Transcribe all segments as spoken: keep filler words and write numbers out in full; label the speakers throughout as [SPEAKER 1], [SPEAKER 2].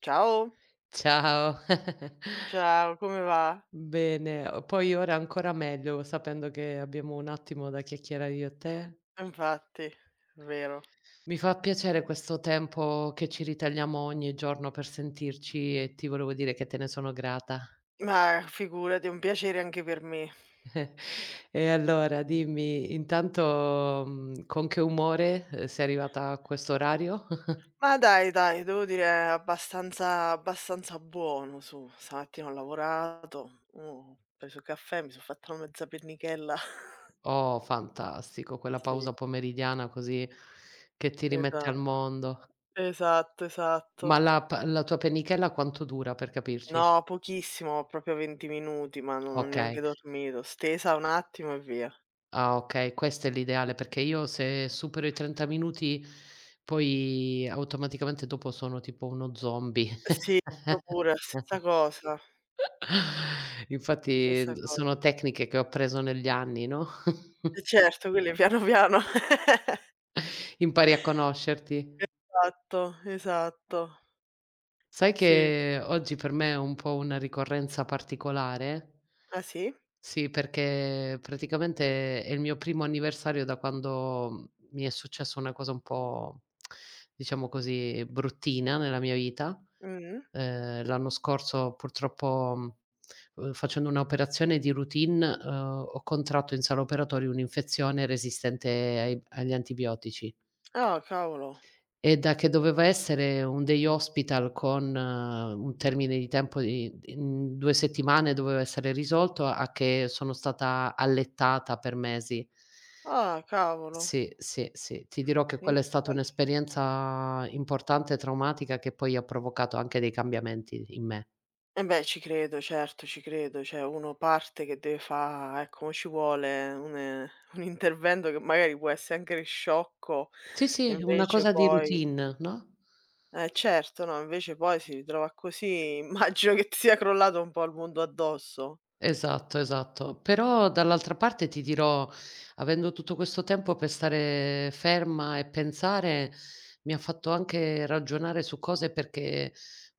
[SPEAKER 1] Ciao,
[SPEAKER 2] Ciao.
[SPEAKER 1] ciao, come va?
[SPEAKER 2] Bene, o poi ora ancora meglio sapendo che abbiamo un attimo da chiacchierare io e te.
[SPEAKER 1] Infatti, è vero.
[SPEAKER 2] Mi fa piacere questo tempo che ci ritagliamo ogni giorno per sentirci e ti volevo dire che te ne sono grata.
[SPEAKER 1] Ma figurati, è un piacere anche per me.
[SPEAKER 2] E allora dimmi, intanto, mhmm, con che umore, ehm, sei arrivata a questo orario?
[SPEAKER 1] Ma dai, dai, devo dire è abbastanza abbastanza buono su. Stamattina ho lavorato, oh, ho preso il caffè, mi sono fatta una mezza pernichella.
[SPEAKER 2] Oh, fantastico, quella
[SPEAKER 1] Sì,
[SPEAKER 2] pausa pomeridiana così che ti rimette
[SPEAKER 1] esatto,
[SPEAKER 2] al mondo.
[SPEAKER 1] esatto, esatto.
[SPEAKER 2] Ma la p la tua pennichella quanto dura, per capirci?
[SPEAKER 1] No, pochissimo, proprio venti minuti, ma non ho neanche
[SPEAKER 2] Okay.
[SPEAKER 1] dormito. Stesa un attimo e via.
[SPEAKER 2] Ah, okay, questo è l'ideale perché io, se supero i trenta minuti, poi automaticamente dopo sono tipo uno zombie.
[SPEAKER 1] Sì, io pure, stessa cosa,
[SPEAKER 2] Infatti,
[SPEAKER 1] stessa
[SPEAKER 2] d
[SPEAKER 1] cosa.
[SPEAKER 2] Sono tecniche che ho appreso negli anni, no,
[SPEAKER 1] E certo, quindi piano piano.
[SPEAKER 2] impari a conoscerti.
[SPEAKER 1] Esatto, esatto.
[SPEAKER 2] Sai
[SPEAKER 1] Sì.
[SPEAKER 2] che oggi per me è un po' una ricorrenza particolare?
[SPEAKER 1] Ah sì?
[SPEAKER 2] Sì, perché praticamente è il mio primo anniversario da quando mi è successa una cosa un po', diciamo così, bruttina nella mia vita.
[SPEAKER 1] Mh.
[SPEAKER 2] Ehm, l'anno scorso, purtroppo, mhmm, uhm, facendo un'operazione di routine, uhm, ho contratto in sala operatori un'infezione resistente ai agli antibiotici,
[SPEAKER 1] Ah cavolo.
[SPEAKER 2] e da che doveva essere un day hospital con eh, un termine di tempo di in due settimane doveva essere risolto, a che sono stata allettata per mesi.
[SPEAKER 1] Ah cavolo.
[SPEAKER 2] Sì, sì, sì. Ti dirò che
[SPEAKER 1] Mi
[SPEAKER 2] quella è stata
[SPEAKER 1] dispiace.
[SPEAKER 2] un'esperienza importante e traumatica, che poi ha provocato anche dei cambiamenti in me.
[SPEAKER 1] Eh beh, ci credo, certo, ci credo. Cioè uno parte che deve fa, ecco, mo ci vuole un ehm, un intervento che magari può essere anche sciocco
[SPEAKER 2] Sì,
[SPEAKER 1] e
[SPEAKER 2] sì, una
[SPEAKER 1] invece
[SPEAKER 2] cosa di
[SPEAKER 1] poi
[SPEAKER 2] routine, no,
[SPEAKER 1] eh certo, no, invece poi si ritrova così, immagino che ti sia crollato un po' il mondo addosso.
[SPEAKER 2] esatto, esatto. Però dall'altra parte, ti dirò, avendo tutto questo tempo per stare ferma e pensare, mi ha fatto anche ragionare su cose perché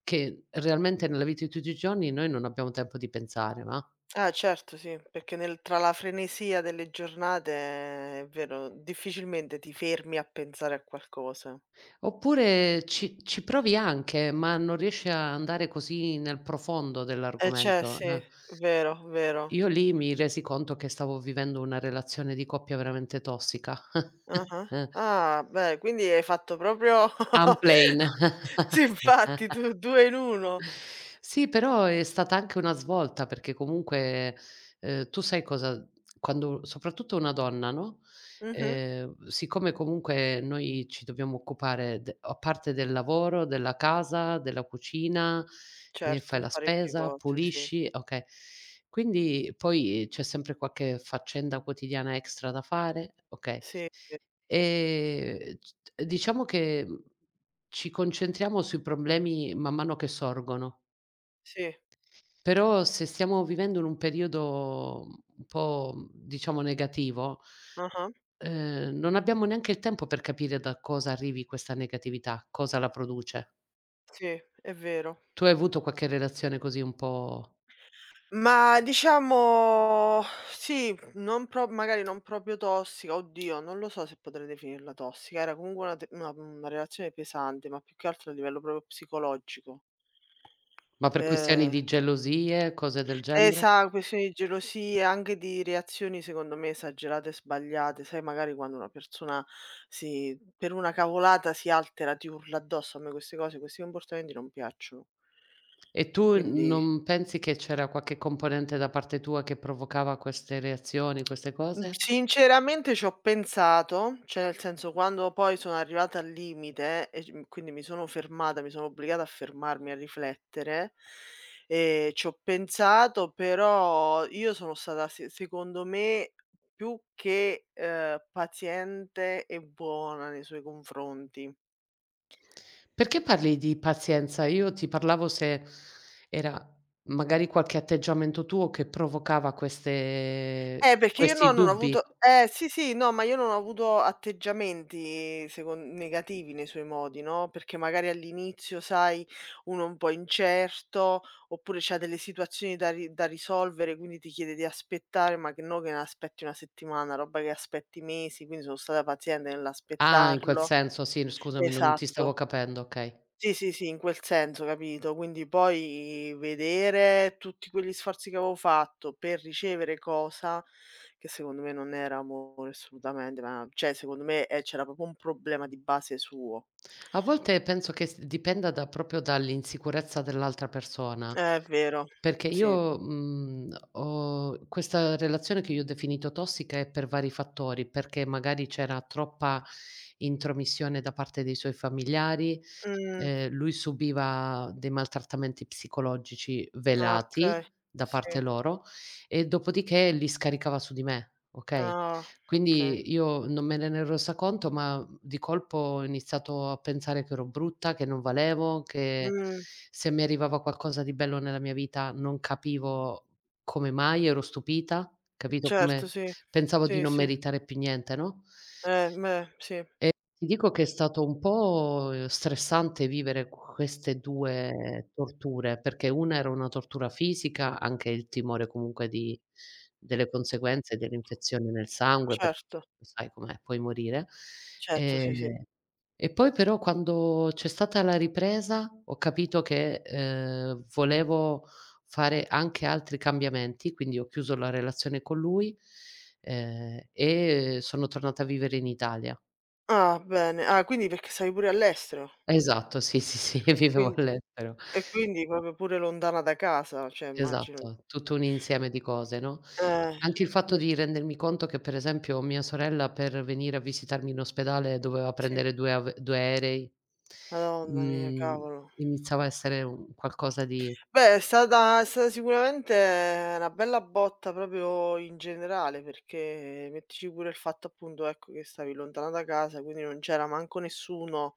[SPEAKER 2] che realmente nella vita di tutti i giorni noi non abbiamo tempo di pensare, va.
[SPEAKER 1] Ah certo sì, perché nel tra la frenesia delle giornate è vero, difficilmente ti fermi a pensare a qualcosa.
[SPEAKER 2] Oppure ci ci provi anche, ma non riesci a andare così nel profondo
[SPEAKER 1] Eh cioè
[SPEAKER 2] dell'argomento,
[SPEAKER 1] sì,
[SPEAKER 2] eh.
[SPEAKER 1] vero, vero.
[SPEAKER 2] Io lì mi resi conto che stavo vivendo una relazione di coppia veramente tossica.
[SPEAKER 1] Ah-ah. Ah. Ah, beh, quindi hai fatto proprio
[SPEAKER 2] Unplane.
[SPEAKER 1] sì, infatti, tu due in uno.
[SPEAKER 2] Sì, però è stata anche una svolta, perché comunque, ehm, tu sai cosa, quando soprattutto una donna, no,
[SPEAKER 1] Mh-mh.
[SPEAKER 2] ehm, siccome comunque noi ci dobbiamo occupare de a parte del lavoro, della casa, della cucina, e
[SPEAKER 1] Certo,
[SPEAKER 2] fai
[SPEAKER 1] in
[SPEAKER 2] la
[SPEAKER 1] parecchie
[SPEAKER 2] spesa,
[SPEAKER 1] cose, sì.
[SPEAKER 2] pulisci, okay. Quindi poi c'è sempre qualche faccenda quotidiana extra da fare, okay.
[SPEAKER 1] Sì, sì,
[SPEAKER 2] Ehm, c Diciamo che, mhmm, ci concentriamo sui problemi man mano che sorgono.
[SPEAKER 1] sì,
[SPEAKER 2] Però se stiamo vivendo in un periodo un po', mhmm, diciamo, negativo,
[SPEAKER 1] ah-ah,
[SPEAKER 2] ehm, non abbiamo neanche il tempo per capire da cosa arrivi questa negatività, cosa la produce.
[SPEAKER 1] sì, è vero.
[SPEAKER 2] Tu hai avuto qualche relazione così un po',
[SPEAKER 1] Ma diciamo sì, non pro magari non proprio tossica, oddio, non lo so se potrei definirla tossica, era comunque una te una una relazione pesante, ma più che altro a livello proprio psicologico.
[SPEAKER 2] ma per questioni
[SPEAKER 1] Ehm,
[SPEAKER 2] di gelosie, cose del genere?
[SPEAKER 1] esa questioni di gelosia, anche di reazioni secondo me esagerate e sbagliate, sai, magari quando una persona si per una cavolata si altera, ti urla addosso, a me queste cose, questi comportamenti non piacciono.
[SPEAKER 2] E tu
[SPEAKER 1] Quindi,
[SPEAKER 2] non pensi che c'era qualche componente da parte tua che provocava queste reazioni, queste
[SPEAKER 1] Mhmm,
[SPEAKER 2] cose?
[SPEAKER 1] sinceramente c'ho pensato, cioè nel senso quando poi sono arrivata al limite e c mhmm, quindi mi sono fermata, mi sono obbligata a fermarmi, a riflettere, ehm, c'ho pensato, però io sono stata se secondo me più che, ehm, paziente e buona nei suoi confronti.
[SPEAKER 2] Perché parli di pazienza? Io ti parlavo se era magari qualche atteggiamento tuo che provocava queste
[SPEAKER 1] Eh, perché io
[SPEAKER 2] questi
[SPEAKER 1] no, non ho
[SPEAKER 2] dubbi.
[SPEAKER 1] avuto eh, sì, sì, no, ma io non ho avuto atteggiamenti secon negativi nei suoi modi, no, perché magari all'inizio, sai, uno è un po' incerto, oppure c'ha delle situazioni da ri da risolvere, quindi ti chiede di aspettare, ma che no, che ne aspetti una settimana, roba che aspetti mesi, quindi sono stata paziente
[SPEAKER 2] Ah, in quel
[SPEAKER 1] nell'aspettarlo.
[SPEAKER 2] senso, sì, scusami, non ti stavo
[SPEAKER 1] Esatto.
[SPEAKER 2] capendo, okay.
[SPEAKER 1] Sì, sì, sì, in quel senso, capito? Quindi poi vedere tutti quegli sforzi che avevo fatto per ricevere cosa, che secondo me non era amore assolutamente, ma cioè secondo me, ehm, c'era proprio un problema di base suo.
[SPEAKER 2] A volte penso che s dipenda da proprio dall'insicurezza dell'altra persona,
[SPEAKER 1] Eh, è vero,
[SPEAKER 2] perché
[SPEAKER 1] sì.
[SPEAKER 2] io, mhmm, ho questa relazione che io ho definito tossica è per vari fattori, perché magari c'era troppa intromissione da parte dei suoi familiari.
[SPEAKER 1] Mh,
[SPEAKER 2] Ehm, lui subiva dei maltrattamenti psicologici
[SPEAKER 1] ah, okay.
[SPEAKER 2] velati da
[SPEAKER 1] Sì.
[SPEAKER 2] parte loro e dopodiché li scaricava su di me, okay?
[SPEAKER 1] Ah, okay.
[SPEAKER 2] Quindi io non me ne ne ero resa conto, ma di colpo ho iniziato a pensare che ero brutta, che non valevo, che
[SPEAKER 1] Mh,
[SPEAKER 2] se mi arrivava qualcosa di bello nella mia vita non capivo come mai, ero stupita, capito,
[SPEAKER 1] certo,
[SPEAKER 2] come
[SPEAKER 1] sì.
[SPEAKER 2] pensavo di
[SPEAKER 1] Sì,
[SPEAKER 2] non
[SPEAKER 1] sì.
[SPEAKER 2] meritare più niente, no?
[SPEAKER 1] Eh, beh, sì,
[SPEAKER 2] E ti dico che è stato un po', ehm, stressante vivere queste due torture, perché una era una tortura fisica, anche il timore comunque di delle conseguenze dell'infezione nel sangue, perché
[SPEAKER 1] certo.
[SPEAKER 2] sai com'è, puoi morire.
[SPEAKER 1] Certo, sì, sì.
[SPEAKER 2] Ehm, e poi però quando c'è stata la ripresa ho capito che, ehm, volevo fare anche altri cambiamenti, quindi ho chiuso la relazione con lui, ehm, e sono tornata a vivere in Italia.
[SPEAKER 1] Ah, bene. Ah, quindi perché stavi pure all'estero?
[SPEAKER 2] Esatto, sì, sì, sì, vivevo
[SPEAKER 1] Quindi
[SPEAKER 2] all'estero.
[SPEAKER 1] E quindi proprio pure lontana da casa, cioè immagino.
[SPEAKER 2] Esatto, tutto un insieme di cose, no,
[SPEAKER 1] Eh,
[SPEAKER 2] anche il fatto
[SPEAKER 1] sì,
[SPEAKER 2] di rendermi conto che, per esempio, mia sorella per venire a visitarmi in ospedale doveva
[SPEAKER 1] sì.
[SPEAKER 2] prendere due av due aerei,
[SPEAKER 1] Madonna mia,
[SPEAKER 2] mhmm,
[SPEAKER 1] cavolo.
[SPEAKER 2] iniziava a essere un qualcosa di.
[SPEAKER 1] Beh, è stata è stata sicuramente una bella botta proprio in generale, perché mettici pure il fatto, appunto, ecco, che stavi lontana da casa, quindi non c'era manco nessuno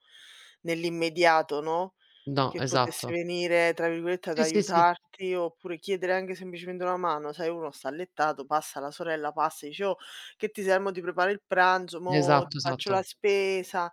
[SPEAKER 1] nell'immediato, no,
[SPEAKER 2] No,
[SPEAKER 1] che potesse
[SPEAKER 2] esatto.
[SPEAKER 1] venire, tra virgolette, ad
[SPEAKER 2] Sì, sì, sì,
[SPEAKER 1] aiutarti, oppure chiedere anche semplicemente una mano, sai, uno sta allettato, passa la sorella, passa e dice: "Oh, che ti serve? Mo' ti preparo il pranzo, mo' ti
[SPEAKER 2] esatto,
[SPEAKER 1] faccio la
[SPEAKER 2] esatto.
[SPEAKER 1] spesa",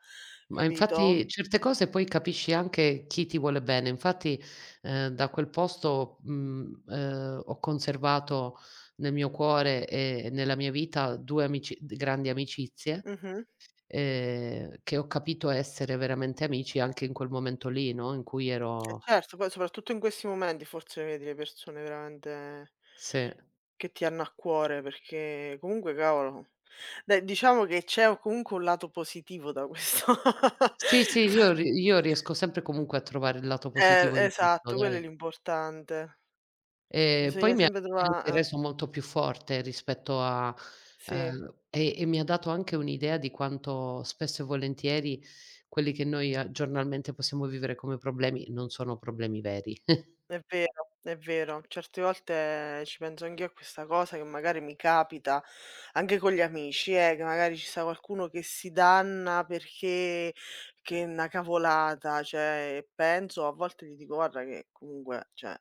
[SPEAKER 2] Ma
[SPEAKER 1] capito?
[SPEAKER 2] infatti certe cose poi capisci anche chi ti vuole bene. Infatti, ehm, da quel posto, mhmm, ehm, ho conservato nel mio cuore e nella mia vita due amici, d grandi amicizie,
[SPEAKER 1] Mh-mh.
[SPEAKER 2] ehm, che ho capito essere veramente amici anche in quel momento lì, no, in cui
[SPEAKER 1] E
[SPEAKER 2] ero,
[SPEAKER 1] certo, poi soprattutto in questi momenti forse vedi le persone veramente
[SPEAKER 2] sì.
[SPEAKER 1] che ti hanno a cuore, perché comunque cavolo, dai, diciamo che c'è o comunque un lato positivo da questo.
[SPEAKER 2] Sì, sì, io ri io riesco sempre comunque a trovare il lato
[SPEAKER 1] Eh,
[SPEAKER 2] positivo in tutto,
[SPEAKER 1] esatto, quello è
[SPEAKER 2] dai.
[SPEAKER 1] l'importante.
[SPEAKER 2] Ehm, poi
[SPEAKER 1] Bisogna
[SPEAKER 2] mi ha
[SPEAKER 1] sempre
[SPEAKER 2] anche
[SPEAKER 1] trova eh,
[SPEAKER 2] reso molto più forte rispetto a,
[SPEAKER 1] sì,
[SPEAKER 2] ehm, e e mi ha dato anche un'idea di quanto spesso e volentieri quelli che noi a giornalmente possiamo vivere come problemi non sono problemi veri.
[SPEAKER 1] è vero, è vero. Certe volte ci penso anch'io a questa cosa, che magari mi capita anche con gli amici, eh, che magari ci sta qualcuno che si danna perché, che è 'na cavolata, cioè penso a volte gli dico: "Guarda che comunque, cioè,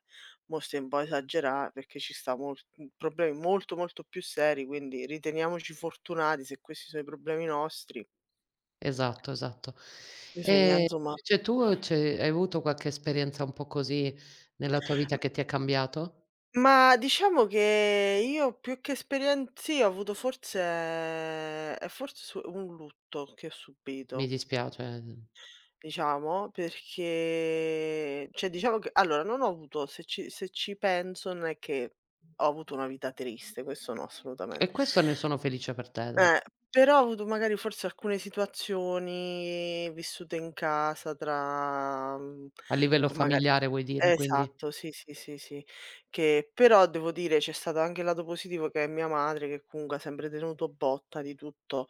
[SPEAKER 1] mo' stai un po' a esagerà perché ci sta mol mhmm, problemi molto, molto più seri, quindi riteniamoci fortunati se questi sono i problemi nostri."
[SPEAKER 2] Esatto, esatto.
[SPEAKER 1] Bisogna,
[SPEAKER 2] Ehm,
[SPEAKER 1] insomma.
[SPEAKER 2] Invece tu c'è hai avuto qualche esperienza un po' così nella tua vita che ti ha cambiato?
[SPEAKER 1] Ma diciamo che io più che esperien sì, ho avuto forse è forse su un lutto che ho
[SPEAKER 2] Mi
[SPEAKER 1] subito,
[SPEAKER 2] dispiace, mhmm.
[SPEAKER 1] diciamo, perché cioè diciamo che allora non ho avuto, se ci se ci penso non è che ho avuto una vita triste, questo no
[SPEAKER 2] E
[SPEAKER 1] assolutamente.
[SPEAKER 2] questo, ne sono felice per te.
[SPEAKER 1] Eh, però ho avuto magari forse alcune situazioni vissute in casa tra, mhmm,
[SPEAKER 2] A livello
[SPEAKER 1] con maga.
[SPEAKER 2] familiare vuoi dire, quindi.
[SPEAKER 1] Esatto, sì, sì, sì, sì. Che però devo dire c'è stato anche il lato positivo che è mia madre che comunque ha sempre tenuto botta di tutto,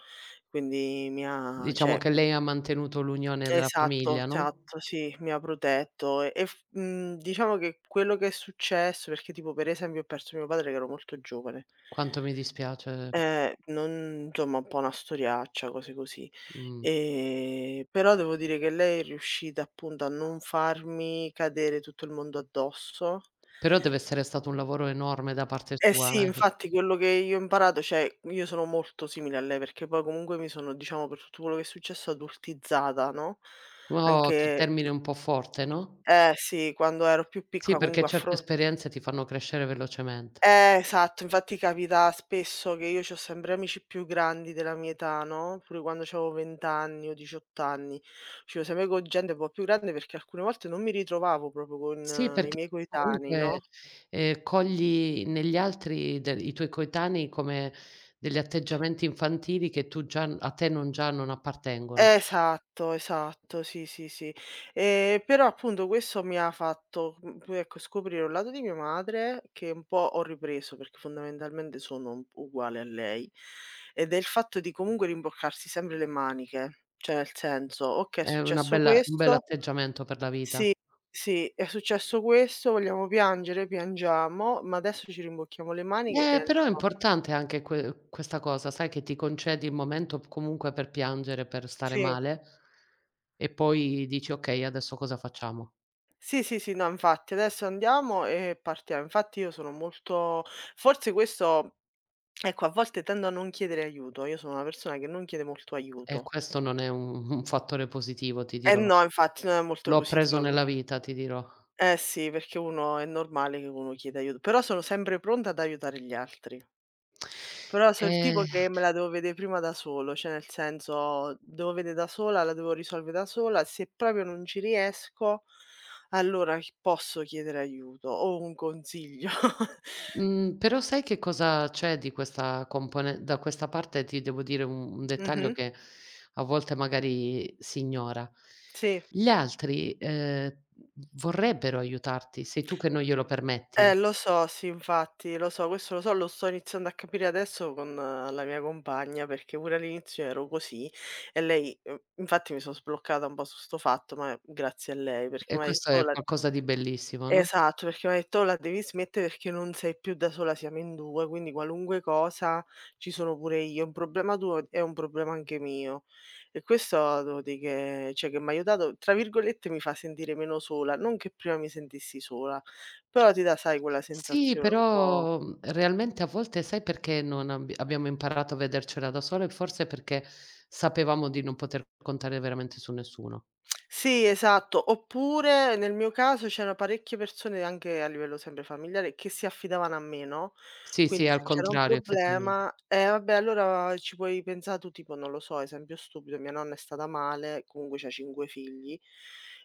[SPEAKER 1] quindi mi ha,
[SPEAKER 2] Diciamo
[SPEAKER 1] cioè,
[SPEAKER 2] che lei ha mantenuto l'unione della
[SPEAKER 1] esatto,
[SPEAKER 2] famiglia, no,
[SPEAKER 1] esatto, sì, mi ha protetto e e f mhmm, diciamo che quello che è successo perché tipo per esempio ho perso mio padre che ero molto giovane.
[SPEAKER 2] quanto mi dispiace,
[SPEAKER 1] Ehm, non insomma, un po' una storiaccia, cose così.
[SPEAKER 2] mhmm,
[SPEAKER 1] Ehm, però devo dire che lei è riuscita appunto a non farmi cadere tutto il mondo addosso.
[SPEAKER 2] però deve essere stato un lavoro enorme da parte
[SPEAKER 1] Eh
[SPEAKER 2] sua,
[SPEAKER 1] sì,
[SPEAKER 2] eh.
[SPEAKER 1] infatti, quello che io ho imparato, cioè, io sono molto simile a lei, perché poi comunque mi sono, diciamo, per tutto quello che è successo adultizzata, no,
[SPEAKER 2] Oh, che
[SPEAKER 1] anche
[SPEAKER 2] termine un po' forte, no,
[SPEAKER 1] eh sì, quando ero più
[SPEAKER 2] sì,
[SPEAKER 1] piccola comunque
[SPEAKER 2] perché
[SPEAKER 1] a
[SPEAKER 2] certe
[SPEAKER 1] fro
[SPEAKER 2] esperienze ti fanno crescere velocemente.
[SPEAKER 1] eh esatto, infatti capita spesso che io c'ho sempre amici più grandi della mia età, no, pure quando c'avevo venti anni o diciotto anni, uscivo sempre con gente un po' più grande perché alcune volte non mi ritrovavo proprio con
[SPEAKER 2] Sì,
[SPEAKER 1] eh, i
[SPEAKER 2] perché
[SPEAKER 1] miei coetanei,
[SPEAKER 2] comunque,
[SPEAKER 1] no?
[SPEAKER 2] ehm, cogli negli altri del i tuoi coetanei come degli atteggiamenti infantili che tu già a te non già non appartengono.
[SPEAKER 1] Esatto, esatto, sì, sì, sì. Ehm, però appunto questo mi ha fatto, mhmm, poi ecco scoprire un lato di mia madre che un po' ho ripreso, perché fondamentalmente sono un p uguale a lei, ed è il fatto di comunque rimboccarsi sempre le maniche. Cioè nel senso: "Okay, è
[SPEAKER 2] È una
[SPEAKER 1] successo
[SPEAKER 2] bella un
[SPEAKER 1] questo",
[SPEAKER 2] bell'atteggiamento per la vita.
[SPEAKER 1] sì, sì, "è successo questo, vogliamo piangere? Piangiamo, ma adesso ci rimbocchiamo le maniche
[SPEAKER 2] Eh,
[SPEAKER 1] e",
[SPEAKER 2] però è importante anche que questa cosa, sai, che ti concedi il momento p comunque per piangere, per stare
[SPEAKER 1] sì.
[SPEAKER 2] male, e poi dici: "Okay, adesso cosa facciamo?"
[SPEAKER 1] Sì, sì, sì, no, infatti adesso andiamo e partiamo. Infatti io sono molto, forse questo, ecco, a volte tendo a non chiedere aiuto. Io sono una persona che non chiede molto
[SPEAKER 2] E
[SPEAKER 1] aiuto.
[SPEAKER 2] questo non è un un fattore positivo, ti
[SPEAKER 1] Eh
[SPEAKER 2] dirò.
[SPEAKER 1] no, infatti non è molto
[SPEAKER 2] L'ho appreso
[SPEAKER 1] positivo
[SPEAKER 2] nella
[SPEAKER 1] perché
[SPEAKER 2] vita, ti dirò.
[SPEAKER 1] eh sì, perché uno è normale che uno chieda aiuto, però sono sempre pronta ad aiutare gli altri. Però so' il tipo
[SPEAKER 2] Eh.
[SPEAKER 1] che me la devo vedè prima da solo, cioè nel senso devo vedè da sola, la devo risolvere da sola, se proprio non ci riesco allora ch posso chiedere aiuto o un consiglio.
[SPEAKER 2] Mhmm, Però sai che cosa c'è di questa compone da questa parte, ti devo dire un un dettaglio
[SPEAKER 1] Mh-mh.
[SPEAKER 2] che a volte magari si ignora.
[SPEAKER 1] Sì.
[SPEAKER 2] Gli altri, ehm, vorrebbero aiutarti, sei tu che non glielo
[SPEAKER 1] Eh,
[SPEAKER 2] permetti,
[SPEAKER 1] lo so, sì, infatti, lo so, questo lo so, lo sto iniziando a capire adesso con la mia compagna, perché pure all'inizio ero così e lei, uhm infatti mi sono sbloccata un po' su 'sto fatto, ma grazie a lei, perché
[SPEAKER 2] e
[SPEAKER 1] m'ha
[SPEAKER 2] questo
[SPEAKER 1] detto: "Oh,
[SPEAKER 2] è
[SPEAKER 1] la".
[SPEAKER 2] qualcosa di bellissimo, no?
[SPEAKER 1] Esatto, perché mi ha detto: "Oh, la devi smettere perché non sei più da sola, siamo in due, quindi qualunque cosa ci sono pure io. Un problema tuo è un problema anche mio". E questo devo dì che, cioè, che m'ha aiutato, tra virgolette, "mi fa sentire meno sola", non che prima mi sentissi sola, però ti dà, sai, quella
[SPEAKER 2] Sì,
[SPEAKER 1] sensazione un po'.
[SPEAKER 2] però, mhmm, realmente a volte sai perché non abbi abbiamo imparato a vedercela da sole? Forse perché sapevamo di non poter contare veramente su nessuno.
[SPEAKER 1] Sì, esatto. Oppure nel mio caso c'erano parecchie persone, anche a livello sempre familiare, che si affidavano a me, no,
[SPEAKER 2] Sì, sì,
[SPEAKER 1] quindi se
[SPEAKER 2] al
[SPEAKER 1] c'era un
[SPEAKER 2] contrario, effettivamente.
[SPEAKER 1] problema, eh, vabbè, allora ci puoi pensa' tu, tipo non lo so, esempio stupido, mia nonna è stata male, comunque c'ha cinque figli,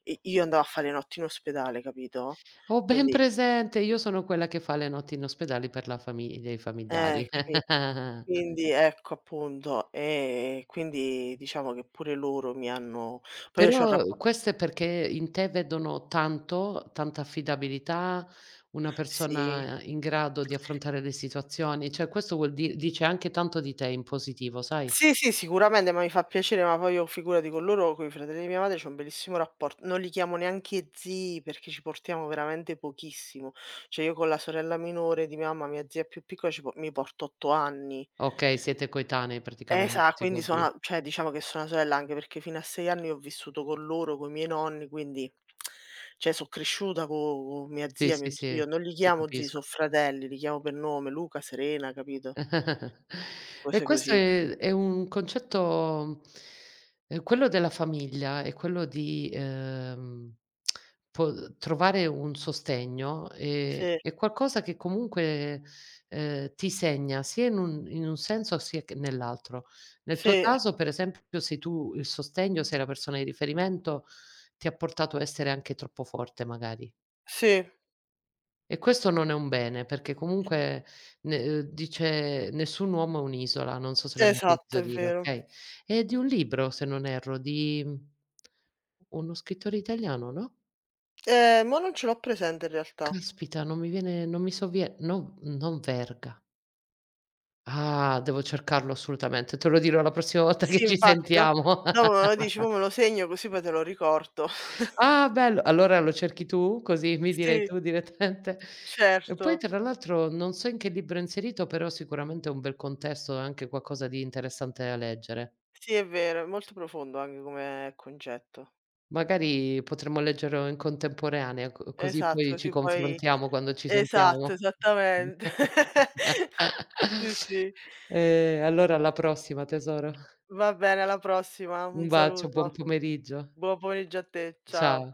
[SPEAKER 1] i io andavo a fare le notti in ospedale, capito,
[SPEAKER 2] Ho ben
[SPEAKER 1] quindi
[SPEAKER 2] presente, io sono quella che fa le notti in ospedale per la famiglia e i
[SPEAKER 1] eh,
[SPEAKER 2] familiari.
[SPEAKER 1] capi quindi, ecco, appunto, ehm, quindi diciamo che pure loro mi hanno, poi io c'ho un
[SPEAKER 2] Però
[SPEAKER 1] rappo,
[SPEAKER 2] questo è perché in te vedono tanto, tanta affidabilità, una
[SPEAKER 1] sì.
[SPEAKER 2] persona in grado di affrontare le situazioni, cioè questo vuol di dice anche tanto di te in positivo, sai?
[SPEAKER 1] Sì, sì, sicuramente, ma mi fa piacere, ma poi io figurati con loro, coi fratelli di mia madre, c'ho un bellissimo rapport, non li chiamo neanche zii, perché ci portiamo veramente pochissimo. Cioè, io con la sorella minore di mia mamma, mia zia più piccola, ci po mi porto otto anni.
[SPEAKER 2] Okay, siete coetanei praticamente,
[SPEAKER 1] Esa
[SPEAKER 2] si
[SPEAKER 1] quindi
[SPEAKER 2] può
[SPEAKER 1] sono,
[SPEAKER 2] dire.
[SPEAKER 1] a cioè, diciamo che sono una sorella, anche perché fino a sei anni ho vissuto con loro, coi miei nonni, quindi, cioè, so' cresciuta co co' mia
[SPEAKER 2] Sì,
[SPEAKER 1] zia, mio
[SPEAKER 2] sì, sì,
[SPEAKER 1] zio. Non li
[SPEAKER 2] ti
[SPEAKER 1] chiamo zii, so'
[SPEAKER 2] capisco.
[SPEAKER 1] fratelli, li chiamo per nome: Luca, Serena, capito?
[SPEAKER 2] E
[SPEAKER 1] Cose
[SPEAKER 2] questo
[SPEAKER 1] così.
[SPEAKER 2] è è un concetto, ehm, quello della famiglia e quello di, ehm, po trovare un sostegno, ehm,
[SPEAKER 1] Sì,
[SPEAKER 2] è qualcosa che comunque, ehm, ti segna sia in un in un senso sia che nell'altro. Nel tuo
[SPEAKER 1] sì,
[SPEAKER 2] caso, per esempio, sei tu il sostegno, sei la persona di riferimento, ti ha portato a essere anche troppo forte magari.
[SPEAKER 1] sì.
[SPEAKER 2] E questo non è un bene, perché comunque ne uhm, dice: "Nessun uomo è un'isola", non so se l'hai mai
[SPEAKER 1] Esatto,
[SPEAKER 2] sentito
[SPEAKER 1] è
[SPEAKER 2] dire,
[SPEAKER 1] vero.
[SPEAKER 2] okay? È di un libro, se non erro, di uno scrittore italiano, no?
[SPEAKER 1] Ehm, mo' non ce l'ho presente in realtà.
[SPEAKER 2] Caspita, non mi viene, non mi sovvie, no, non Verga. Ah, devo cercarlo assolutamente, te lo dirò la prossima volta
[SPEAKER 1] Sì,
[SPEAKER 2] che ci
[SPEAKER 1] infatti, do
[SPEAKER 2] sentiamo.
[SPEAKER 1] dopo me lo dici, mo' me lo segno così poi te lo ricordo.
[SPEAKER 2] Ah bello, allora lo cerchi tu? Così mi direi
[SPEAKER 1] Sì,
[SPEAKER 2] tu direttamente. E poi
[SPEAKER 1] certo.
[SPEAKER 2] tra l'altro non so in che libro è inserito, però sicuramente è un bel contesto e anche qualcosa di interessante da leggere.
[SPEAKER 1] Sì, è vero, è molto profondo anche come concetto.
[SPEAKER 2] Magari potremmo leggerlo in contemporanea, co così
[SPEAKER 1] Esatto,
[SPEAKER 2] poi ci
[SPEAKER 1] così poi
[SPEAKER 2] confrontiamo quando ci
[SPEAKER 1] esatto,
[SPEAKER 2] sentiamo.
[SPEAKER 1] esattamente. Sì, sì.
[SPEAKER 2] E allora alla prossima, tesoro.
[SPEAKER 1] Va bene, alla prossima. Un
[SPEAKER 2] Un bacio, buon
[SPEAKER 1] saluto.
[SPEAKER 2] pomeriggio.
[SPEAKER 1] Buon pomeriggio a te.
[SPEAKER 2] Ciao.
[SPEAKER 1] Ciao.